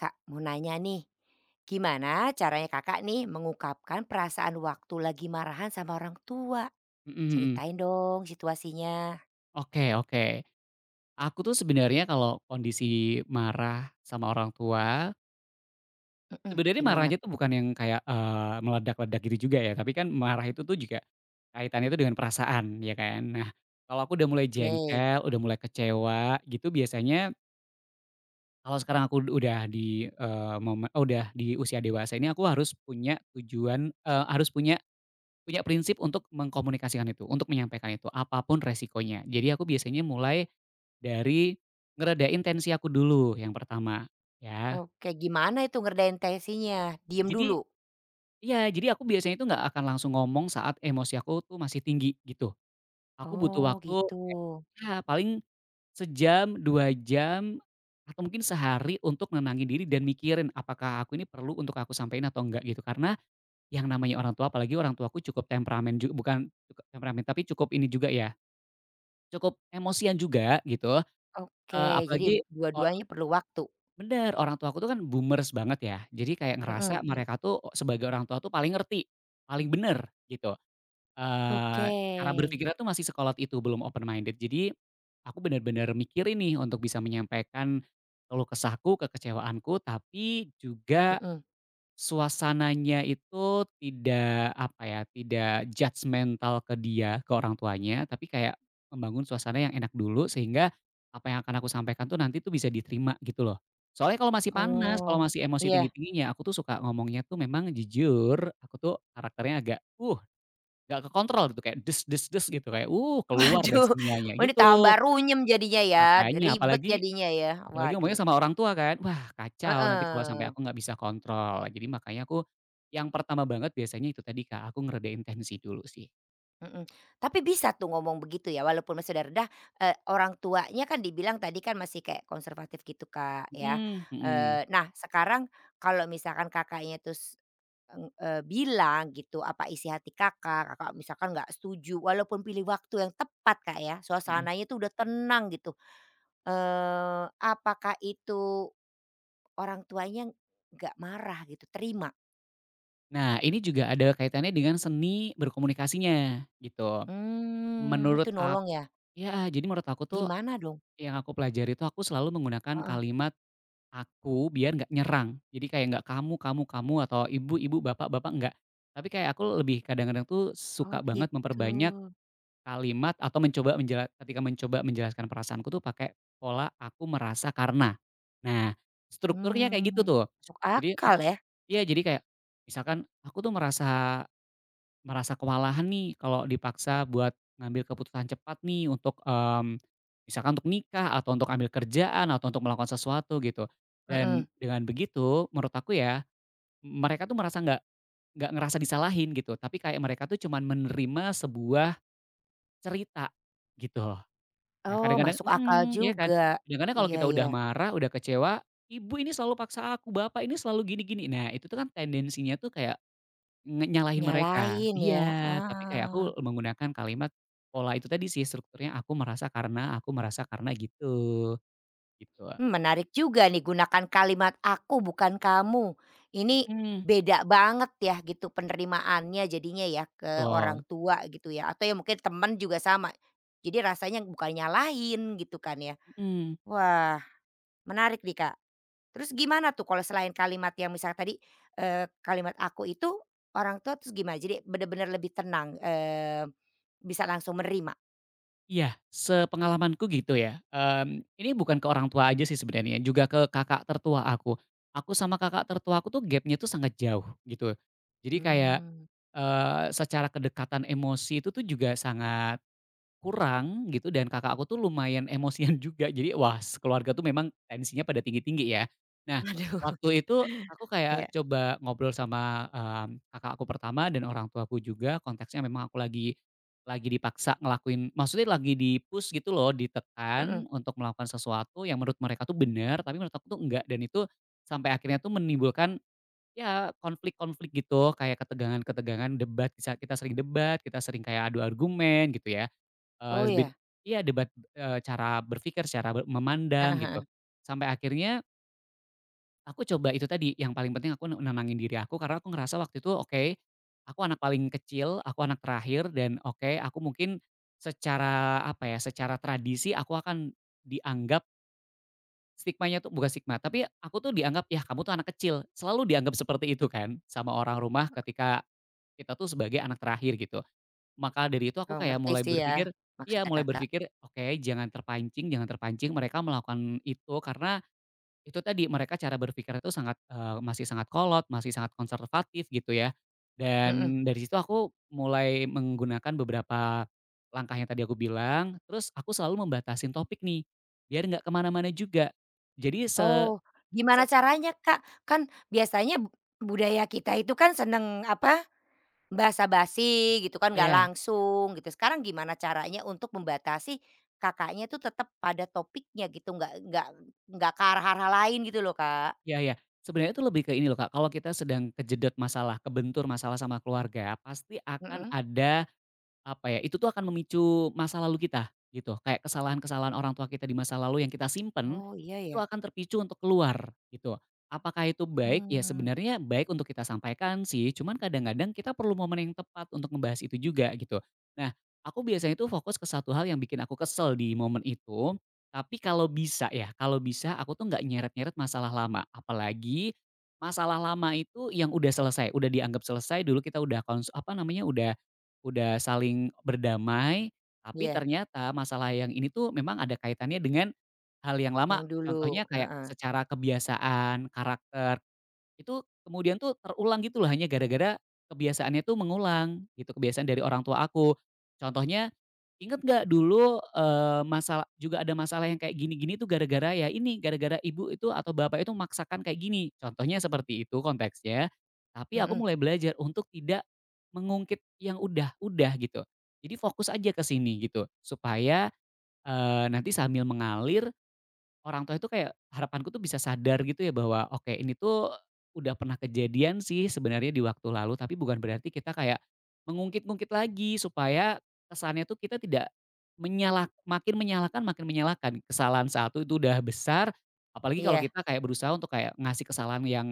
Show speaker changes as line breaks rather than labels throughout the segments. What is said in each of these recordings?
Kak, mau nanya nih. Gimana caranya Kakak nih mengungkapkan perasaan waktu lagi marahan sama orang tua?
Mhm, mhm.
Ceritain dong situasinya.
Oke, oke. Aku tuh sebenarnya kalau kondisi marah sama orang tua,
Mhm,
sebenarnya
gimana
marahnya
tuh?
tuh bukan yang kayak, meledak-ledak gitu juga ya, tapi kan marah itu tuh juga kaitannya tuh dengan perasaan, ya kan. Nah, kalau aku udah mulai
Oke.
jengkel, udah mulai kecewa gitu biasanya kalau sekarang aku udah di, momen oh, udah di usia dewasa ini aku harus punya tujuan, harus punya Punya prinsip untuk mengkomunikasikan itu, untuk menyampaikan itu, apapun resikonya. Jadi aku biasanya mulai dari ngeredain tensi aku dulu yang pertama, ya.
Oke, gimana itu ngerdain tensinya? Diem
Jadi
dulu?
iya, jadi aku biasanya itu nggak akan langsung ngomong saat emosi aku tuh masih tinggi, gitu. Aku butuh
Oh,
waktu
gitu.
kayak, ya paling sejam, 2 jam, atau mungkin sehari untuk nenangin diri dan mikirin apakah aku ini perlu untuk aku sampaikan atau enggak gitu. Karena yang namanya orang tua, apalagi orang tuaku cukup temperamen bukan cukup temperamen, tapi cukup ini juga ya, cukup emosian juga gitu,
Oke, jadi
apalagi or
dua-duanya perlu waktu?
bener, orang tua aku tuh kan boomers banget ya, jadi kayak ngerasa
Mhm.
mereka tuh sebagai orang tua tuh paling ngerti, paling bener gitu,
Oke.
cara berpikirnya tuh masih sekolot itu, belum open minded. Jadi aku bener-bener mikirin nih untuk bisa menyampaikan keluh kesahku, kekecewaanku, tapi juga
Mhm.
suasananya itu tidak, apa ya, tidak judgmental ke dia, ke orang tuanya, tapi kayak membangun suasana yang enak dulu sehingga apa yang akan aku sampaikan tuh nanti tuh bisa diterima gitu loh. Soalnya kalau masih panas, kalau
Oh,
masih emosi
iya.
tinggi-tingginya, aku tuh suka ngomongnya tuh memang jujur, aku tuh karakternya agak, gak kekontrol gitu kayak, des des des gitu kayak, keluar deh
Aduh,
semuanya
oh ini
gitu.
tambah runyem jadinya ya,
Makanya
ribet
apalagi
jadinya ya?
Apalagi ngomongnya
Waduh.
sama orang tua kan, wah kacau nanti kalau sampai
Heeh.
aku nggak bisa kontrol. Jadi makanya aku yang pertama banget biasanya itu tadi Kak, aku ngeredain tensi dulu sih.
Mhm, tapi bisa tuh ngomong begitu ya walaupun masih udah reda, orang tuanya kan dibilang tadi kan masih kayak konservatif gitu Kak ya,
Mhm, mhm,
nah sekarang kalau misalkan Kakaknya terus, bilang gitu apa isi hati Kakak, Kakak misalkan nggak setuju walaupun pilih waktu yang tepat Kak ya
mhm.
suasananya tuh udah tenang gitu, apakah itu orang tuanya nggak marah gitu terima?
Nah, ini juga ada kaitannya dengan seni berkomunikasinya gitu.
Hmm,
Menurut
itu
aku
nolong ya?
ya, jadi menurut aku tuh
Gimana dong?
yang aku pelajari itu aku selalu menggunakan
Heeh.
kalimat "aku" biar nggak nyerang. Jadi kayak nggak "kamu kamu kamu" atau "ibu ibu, bapak bapak" nggak. Tapi kayak aku lebih kadang-kadang tuh
Oh
suka banget
gitu.
memperbanyak kalimat atau mencoba menjela ketika mencoba menjelaskan perasaanku tuh pakai pola aku merasa karena. Nah, strukturnya kayak gitu
Mmm,
tuh.
masuk
Jadi
akal ya,
iya jadi kayak misalkan aku tuh merasa merasa kewalahan nih kalau dipaksa buat ngambil keputusan cepat nih untuk, misalkan untuk nikah atau untuk ambil kerjaan atau untuk melakukan sesuatu gitu. Dan
mhm.
dengan begitu menurut aku ya, mereka tuh merasa nggak ngerasa disalahin gitu, tapi kayak mereka tuh cuman menerima sebuah cerita, gitu. Nah,
Oh,
kadang-kadang
masuk akal
mhm, iya kan.
juga.
Kadang-kadang kalau
Iya,
kita
iya,
udah marah, udah kecewa, "Ibu ini selalu paksa aku, bapak ini selalu gini-gini." Nah, itu tuh kan tendensinya tuh kayak nge nyalahin mereka.
nyalahin ya,
Iya, tapi kayak
ah.
aku menggunakan kalimat pola itu tadi sih, strukturnya, aku merasa karena," gitu, gitu.
Mmm, menarik juga nih gunakan kalimat "aku bukan kamu". Ini
Mhm,
beda banget ya gitu penerimaannya jadinya ya ke orang
betul,
tua gitu ya, atau ya mungkin teman juga sama. Jadi rasanya bukan nyalahin gitu kan ya.
mhm.
Wah, menarik nih, Kak. Terus gimana tuh kalau selain kalimat yang misal tadi, kalimat aku itu orang tua terus gimana? Jadi bener-bener lebih tenang, bisa langsung menerima?
Iya, sepengalamanku gitu ya, ini bukan ke orang tua aja sih sebenarnya, juga ke kakak tertua aku. Aku sama kakak tertua aku tuh gapnya tuh sangat jauh gitu. Jadi kayak,
Mmm,
secara kedekatan emosi itu tuh juga sangat kurang gitu dan kakak aku tuh lumayan emosian juga. Jadi wah keluarga tuh memang tensinya pada tinggi-tinggi ya. Nah,
aduh.
waktu itu aku kayak
Iya,
coba ngobrol sama, kakak aku pertama dan orang tuaku juga konteksnya memang aku lagi dipaksa ngelakuin maksudnya lagi gitu loh, ditekan
mhm.
untuk melakukan sesuatu yang menurut mereka tuh benar tapi menurut aku tuh enggak dan itu sampai akhirnya tuh menimbulkan ya konflik-konflik gitu kayak ketegangan-ketegangan debat di saat kita sering debat, kita sering kayak adu argumen gitu ya.
Oh
Eee, bed
ya?
iya debat, cara berpikir, secara memandang
Heeh,
gitu.
heeh.
Sampai akhirnya aku coba itu tadi, yang paling penting aku nenangin diri aku karena aku ngerasa waktu itu, oke, aku anak paling kecil, aku anak terakhir dan oke, aku mungkin secara apa ya, secara tradisi aku akan dianggap stigmanya tuh bukan stigma, tapi aku tuh dianggap, "Yah kamu tuh anak kecil." Selalu dianggap seperti itu kan sama orang rumah ketika kita tuh sebagai anak terakhir gitu. Maka dari itu aku
Oh
kayak
ngerti
mulai
sih ya
berpikir iya
maksudnya
mulai
Kakak.
berpikir, "Oke, jangan terpancing jangan terpancing mereka melakukan itu." Karena itu tadi, mereka cara berpikir itu sangat, masih sangat kolot, masih sangat konservatif gitu ya.
Mhm.
Dan dari situ aku mulai menggunakan beberapa langkah yang tadi aku bilang, terus aku selalu membatasin topik nih, biar nggak kemana-mana juga. Jadi se
Oh, gimana
sep
caranya Kak? Kan biasanya budaya kita itu kan seneng apa basa-basi gitu kan, nggak
ya,
langsung gitu. Sekarang gimana caranya untuk membatasi Kakaknya tuh tetap pada topiknya gitu, nggak nggak ke arah-arah lain gitu loh, Kak?
ya. Iya. Sebenarnya itu lebih ke ini loh Kak, kalau kita sedang kejedot masalah, kebentur masalah sama keluarga, pasti akan
Mhm.
ada, apa ya, itu tuh akan memicu masa lalu kita, gitu. Kayak kesalahan-kesalahan orang tua kita di masa lalu yang kita simpen,
Oh, iya
itu
ya?
akan terpicu untuk keluar, gitu. Apakah itu baik? Ya
Hmm.
sebenarnya baik untuk kita sampaikan sih, cuman kadang-kadang kita perlu momen yang tepat untuk membahas itu juga, gitu. Nah, aku biasanya itu fokus ke satu hal yang bikin aku kesel di momen itu, tapi kalau bisa ya, kalau bisa aku tuh nggak nyeret-nyeret masalah lama. Apalagi masalah lama itu yang udah selesai, udah dianggap selesai, dulu kita udah kons apa namanya, udah saling berdamai, tapi
Iya,
ternyata masalah yang ini tuh memang ada kaitannya dengan hal yang lama.
yang
Contohnya
dulu,
kayak
heeh,
secara kebiasaan, karakter. Itu kemudian tuh terulang gitu loh hanya gara-gara kebiasaannya tuh mengulang gitu, kebiasaan dari orang tua aku. Contohnya, inget nggak dulu, masalah juga ada masalah yang kayak gini-gini tuh gara-gara ya ini, gara-gara ibu itu atau bapak itu memaksakan kayak gini. Contohnya seperti itu konteksnya, tapi aku
mhm,
mulai belajar untuk tidak mengungkit yang udah-udah gitu. Jadi fokus aja ke sini gitu supaya, nanti sambil mengalir orang tua itu kayak harapanku tuh bisa sadar gitu ya bahwa, oke, ini tuh udah pernah kejadian sih sebenarnya di waktu lalu, tapi bukan berarti kita kayak mengungkit-ungkit lagi supaya kesannya tuh kita tidak makin menyalahkan makin menyalahkan. Kesalahan satu itu udah besar, apalagi kalau
iya.
kita kayak berusaha untuk kayak ngasih kesalahan yang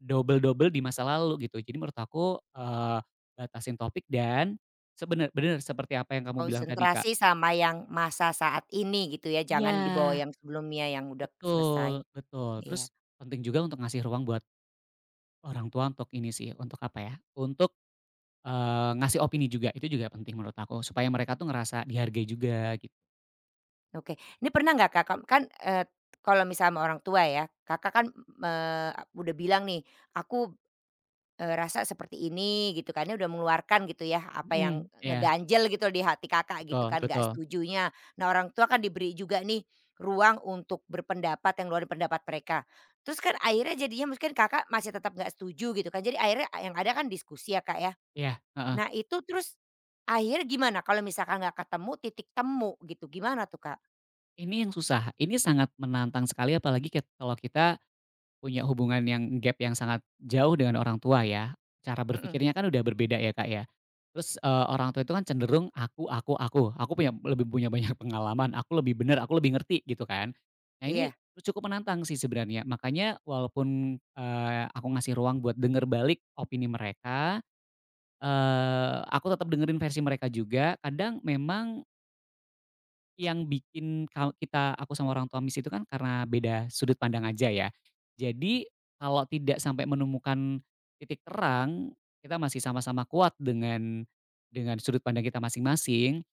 double-double di masa lalu gitu. Jadi menurut aku, batasin topik dan sebenar-benar seperti apa yang kamu bilang tadi, Kak.
Konsentrasi sama yang masa saat ini gitu ya,
Iya.
jangan dibawa yang sebelumnya yang udah
Betul,
selesai.
betul. Terus
Iya,
penting juga untuk ngasih ruang buat orang tua untuk ini sih, untuk apa ya, untuk, ngasih opini juga, itu juga penting menurut aku, supaya mereka tuh ngerasa dihargai juga gitu.
oke. Ini pernah nggak Kakak kan, kalau misalnya sama orang tua ya, Kakak kan, eee, udah bilang nih, "Aku rasa seperti ini gitu kan, dia udah mengeluarkan gitu ya, apa yang
Mhm, iya,
ngeganjel gitu di hati Kakak
betul,
gitu kan, nggak
betul,
setujunya. Nah, orang tua kan diberi juga nih ruang untuk berpendapat yang luar dari pendapat mereka. Terus kan akhirnya jadinya mungkin Kakak masih tetap nggak setuju gitu kan, jadi akhirnya yang ada kan diskusi ya, Kak, ya.
iya, heeh.
Nah, itu terus akhirnya gimana kalau misalkan nggak ketemu titik temu gitu, gimana tuh, Kak?
Ini yang susah, ini sangat menantang sekali apalagi kalau kita punya hubungan yang gap yang sangat jauh dengan orang tua ya, cara
Mhm,
berpikirnya kan udah berbeda ya, Kak, ya. Terus, orang tua itu kan cenderung aku punya banyak pengalaman, aku lebih benar, aku lebih ngerti gitu kan. Nah, ini
iya,
cukup menantang sih sebenarnya, makanya walaupun, aku ngasih ruang buat denger balik opini mereka, aku tetap dengerin versi mereka juga, kadang memang yang bikin kita aku sama orang tua miss itu kan karena beda sudut pandang aja ya. Jadi kalau tidak sampai menemukan titik terang, kita masih sama-sama kuat dengan sudut pandang kita masing-masing,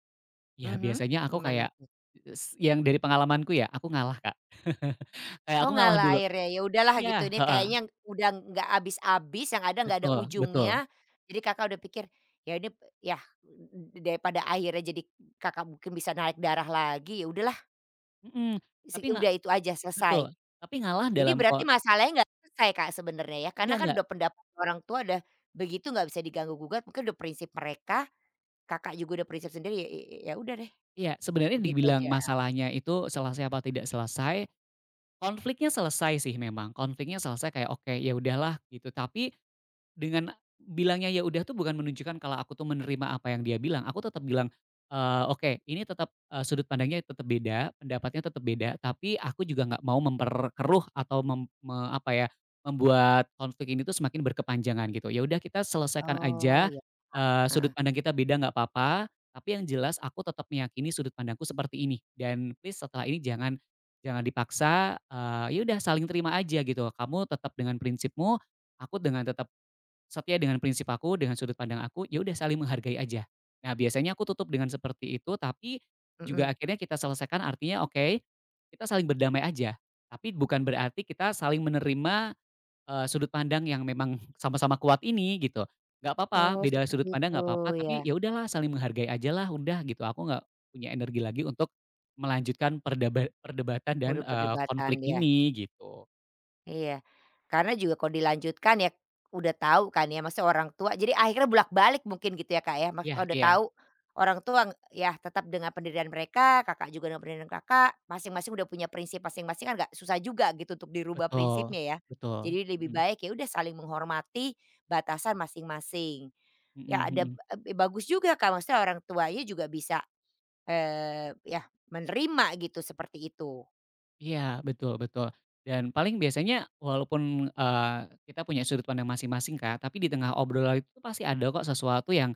ya
mhm,
biasanya aku
gimana?
kayak yang dari pengalamanku ya, aku ngalah, Kak. Kayak
Oh,
aku ngalah
ngalah
dulu
akhirnya, ya udahlah gitu
iya,
ini
heeh,
kayaknya udah nggak habis-habis yang ada nggak ada
betul, betul,
ujungnya. Jadi Kakak udah pikir, ya ini yah daripada akhirnya jadi Kakak mungkin bisa naik darah lagi, ya udahlah
mhm,
se
tapi nggak
udah itu aja selesai.
betul, tapi ngalah
Jadi
dalam
berarti masalahnya nggak selesai Kak sebenarnya ya, karena
enggak
kan
enggak,
udah pendapat orang tua udah begitu nggak bisa diganggu gugat, mungkin udah prinsip mereka, Kakak juga udah prinsip sendiri ya ya ya udah deh
iya, sebenarnya
begitu
dibilang
aja.
masalahnya itu selesai apa tidak selesai. Konfliknya selesai sih memang, konfliknya selesai kayak, "Oke, ya udahlah," gitu. Tapi, dengan bilangnya ya udah tuh bukan menunjukkan kalau aku tuh menerima apa yang dia bilang, aku tetap bilang, "Oke ini tetap, sudut pandangnya tetap beda, pendapatnya tetap beda, tapi aku juga nggak mau memperkeruh atau mem me apa ya, membuat konflik ini tuh semakin berkepanjangan," gitu. "Ya udah kita selesaikan
Oh
aja,
ya,
sudut
heeh,
pandang kita beda nggak apa-apa, tapi yang jelas aku tetap meyakini sudut pandangku seperti ini dan please setelah ini jangan jangan dipaksa, ya udah saling terima aja gitu. Kamu tetap dengan prinsipmu, aku dengan tetap setia dengan prinsip aku, dengan sudut pandang aku, ya udah saling menghargai aja." Nah, biasanya aku tutup dengan seperti itu, tapi juga
mhm.
akhirnya kita selesaikan artinya oke, kita saling berdamai aja. Tapi bukan berarti kita saling menerima, sudut pandang yang memang sama-sama kuat ini gitu. Nggak apa-apa,
Oh
beda
seperti
sudut pandang
itu
nggak apa-apa,
ya,
tapi ya udahlah saling menghargai aja lah udah gitu. Aku nggak punya energi lagi untuk melanjutkan perdebatan dan,
udah
konflik
perdebatan dia.
ini gitu.
Iya, karena juga kalau dilanjutkan ya udah tahu kan ya, maksudnya orang tua jadi akhirnya bolak-balik mungkin gitu ya, Kak, ya. Maka
Iya,
kalau udah
iya,
tahu orang tua ng- ya tetap dengan pendirian mereka, Kakak juga dengan pendirian Kakak, masing-masing udah punya prinsip masing-masing kan nggak susah juga gitu untuk dirubah
betul,
prinsipnya ya.
betul.
Jadi lebih
Mhm,
baik ya udah saling menghormati batasan masing-masing.
mhm,
Ya ada
mhm.
e bagus juga, Kak, maksudnya orang tuanya juga bisa, ya menerima gitu seperti itu.
Iya, betul, betul. Dan paling biasanya walaupun, kita punya sudut pandang masing-masing Kak, tapi di tengah obrolan itu tuh pasti ada kok sesuatu yang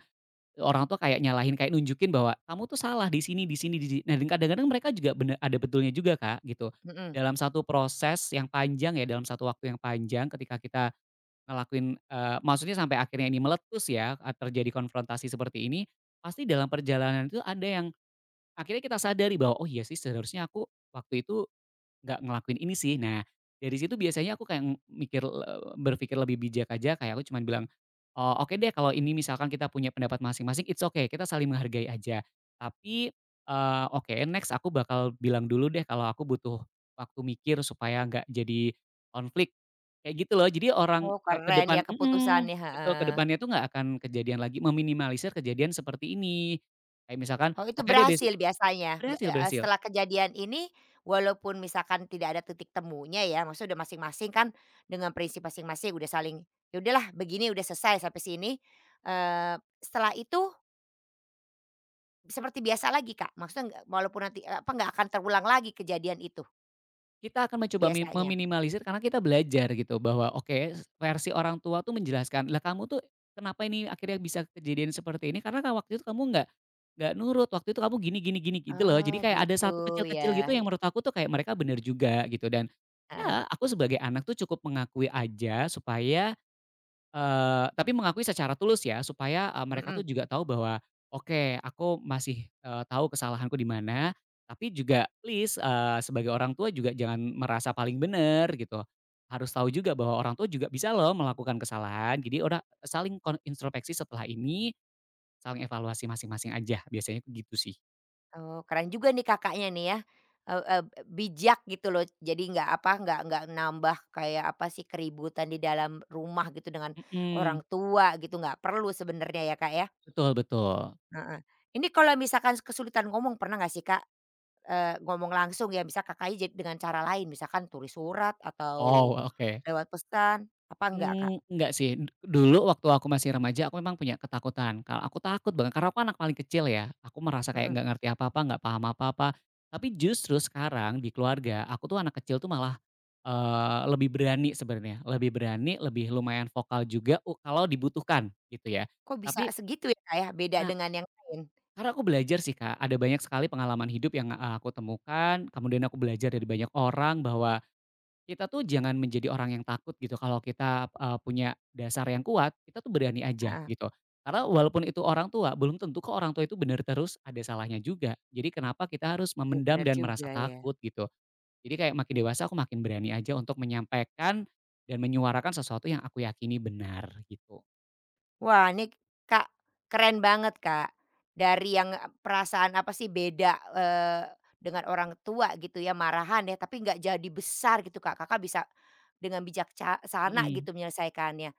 orang tuh kayak nyalahin, kayak nunjukin bahwa, "Kamu tuh salah di sini di sini di si," nah, dan kadang-kadang mereka juga bener ada betulnya juga Kak, gitu.
Mhm.
Dalam satu proses yang panjang ya, dalam satu waktu yang panjang ketika kita ngelakuin, maksudnya sampai akhirnya ini meletus ya, terjadi konfrontasi seperti ini, pasti dalam perjalanan itu ada yang akhirnya kita sadari bahwa, "Oh iya sih, seharusnya aku waktu itu nggak ngelakuin ini sih." Nah, dari situ biasanya aku kayak berpikir lebih bijak aja kayak aku cuman bilang, "Oke deh kalau ini misalkan kita punya pendapat masing-masing, it's okay, kita saling menghargai aja. Tapi, oke next aku bakal bilang dulu deh kalau aku butuh waktu mikir supaya nggak jadi konflik." Kayak gitu loh. Jadi orang,
Oh
ke
keren
depan
ya
mhm,
keputusannya,
betul, ke
heeh.
depannya tuh nggak akan kejadian lagi, meminimalisir kejadian seperti ini. Kayak misalkan,
Oh itu
"Oke deh besok,"
berhasil biasanya? Nggak
berhasil, berhasil.
setelah kejadian ini, walaupun misalkan tidak ada titik temunya ya, maksudnya udah masing-masing kan dengan prinsip masing-masing udah saling, "Ya udahlah begini udah selesai sampai sini." Setelah itu seperti biasa lagi, Kak? Maksudnya nggak walaupun nanti, apa, nggak akan terulang lagi kejadian itu
Kita akan mencoba
biasanya?
meminimalisir karena kita belajar gitu bahwa oke, versi orang tua tuh menjelaskan, "Lah kamu tuh kenapa ini akhirnya bisa kejadian seperti ini karena kan waktu itu kamu nggak nurut, waktu itu kamu gini gini gini," gitu loh. Jadi
Oh
kayak ada
gitu
satu
ya,
kecil-kecil gitu yang menurut aku tuh kayak mereka bener juga gitu dan,
heeh,
ya aku sebagai anak tuh cukup mengakui aja supaya, tapi mengakui secara tulus ya, supaya, mereka tuh
mhm.
juga tahu bahwa, "Oke, aku masih, tahu kesalahanku di mana." Tapi juga please, sebagai orang tua juga jangan merasa paling benar gitu. Harus tahu juga bahwa orang tua juga bisa loh melakukan kesalahan. Jadi udah saling introspeksi setelah ini, saling evaluasi masing-masing aja, biasanya gitu sih.
Oh, keren juga nih Kakaknya nih ya, eee eee, bijak gitu loh. Jadi nggak apa, nggak nambah kayak apa sih, keributan di dalam rumah gitu dengan
Mhm,
orang tua gitu, nggak perlu sebenarnya ya, Kak, ya?
betul, betul.
Heeh. Ini kalau misalkan kesulitan ngomong pernah nggak sih, Kak, ngomong langsung ya, bisa Kakaknya ja dengan cara lain, misalkan tulis surat atau
Oh, oke.
lewat pesan, apa enggak, Kak?
Enggak sih, dulu waktu aku masih remaja aku memang punya ketakutan, kalau aku takut banget karena aku anak paling kecil ya, aku merasa kayak
Mhm.
nggak ngerti apa-apa, nggak paham apa-apa. Tapi justru sekarang di keluarga, aku tuh anak kecil tuh malah, lebih berani sebenarnya, lebih berani, lebih lumayan vokal juga kalau dibutuhkan gitu ya.
Kok bisa
Tapi
segitu ya, Kak, ya, beda
nah,
dengan yang lain?
karena aku belajar sih Kak, ada banyak sekali pengalaman hidup yang, aku temukan, kemudian aku belajar dari banyak orang bahwa kita tuh jangan menjadi orang yang takut gitu kalau kita, punya dasar yang kuat, kita tuh berani aja
Heeh.
gitu. Karena walaupun itu orang tua, belum tentu kok orang tua itu benar terus, ada salahnya juga. Jadi kenapa kita harus
Iya
memendam
bener
dan
juga
merasa
ya.
takut gitu. Jadi kayak makin dewasa aku makin berani aja untuk menyampaikan dan menyuarakan sesuatu yang aku yakini benar gitu.
Wah, ini Kak, keren banget, Kak. Dari yang, perasaan apa sih beda, dengan orang tua gitu ya, marahan ya, tapi nggak jadi besar gitu, Kak. Kakak bisa dengan bijakca sana
Mhm.
gitu menyelesaikannya.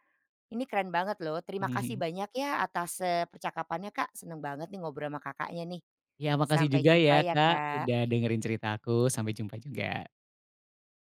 Ini keren banget loh,
Mhm,
terima kasih
mhm.
banyak ya atas, percakapannya, Kak. Seneng banget nih ngobrol sama Kakaknya nih.
Makasih
Sampai
juga
jumpa
ya
ya,
Kak, udah
Kak.
dengerin cerita aku, sampai jumpa juga.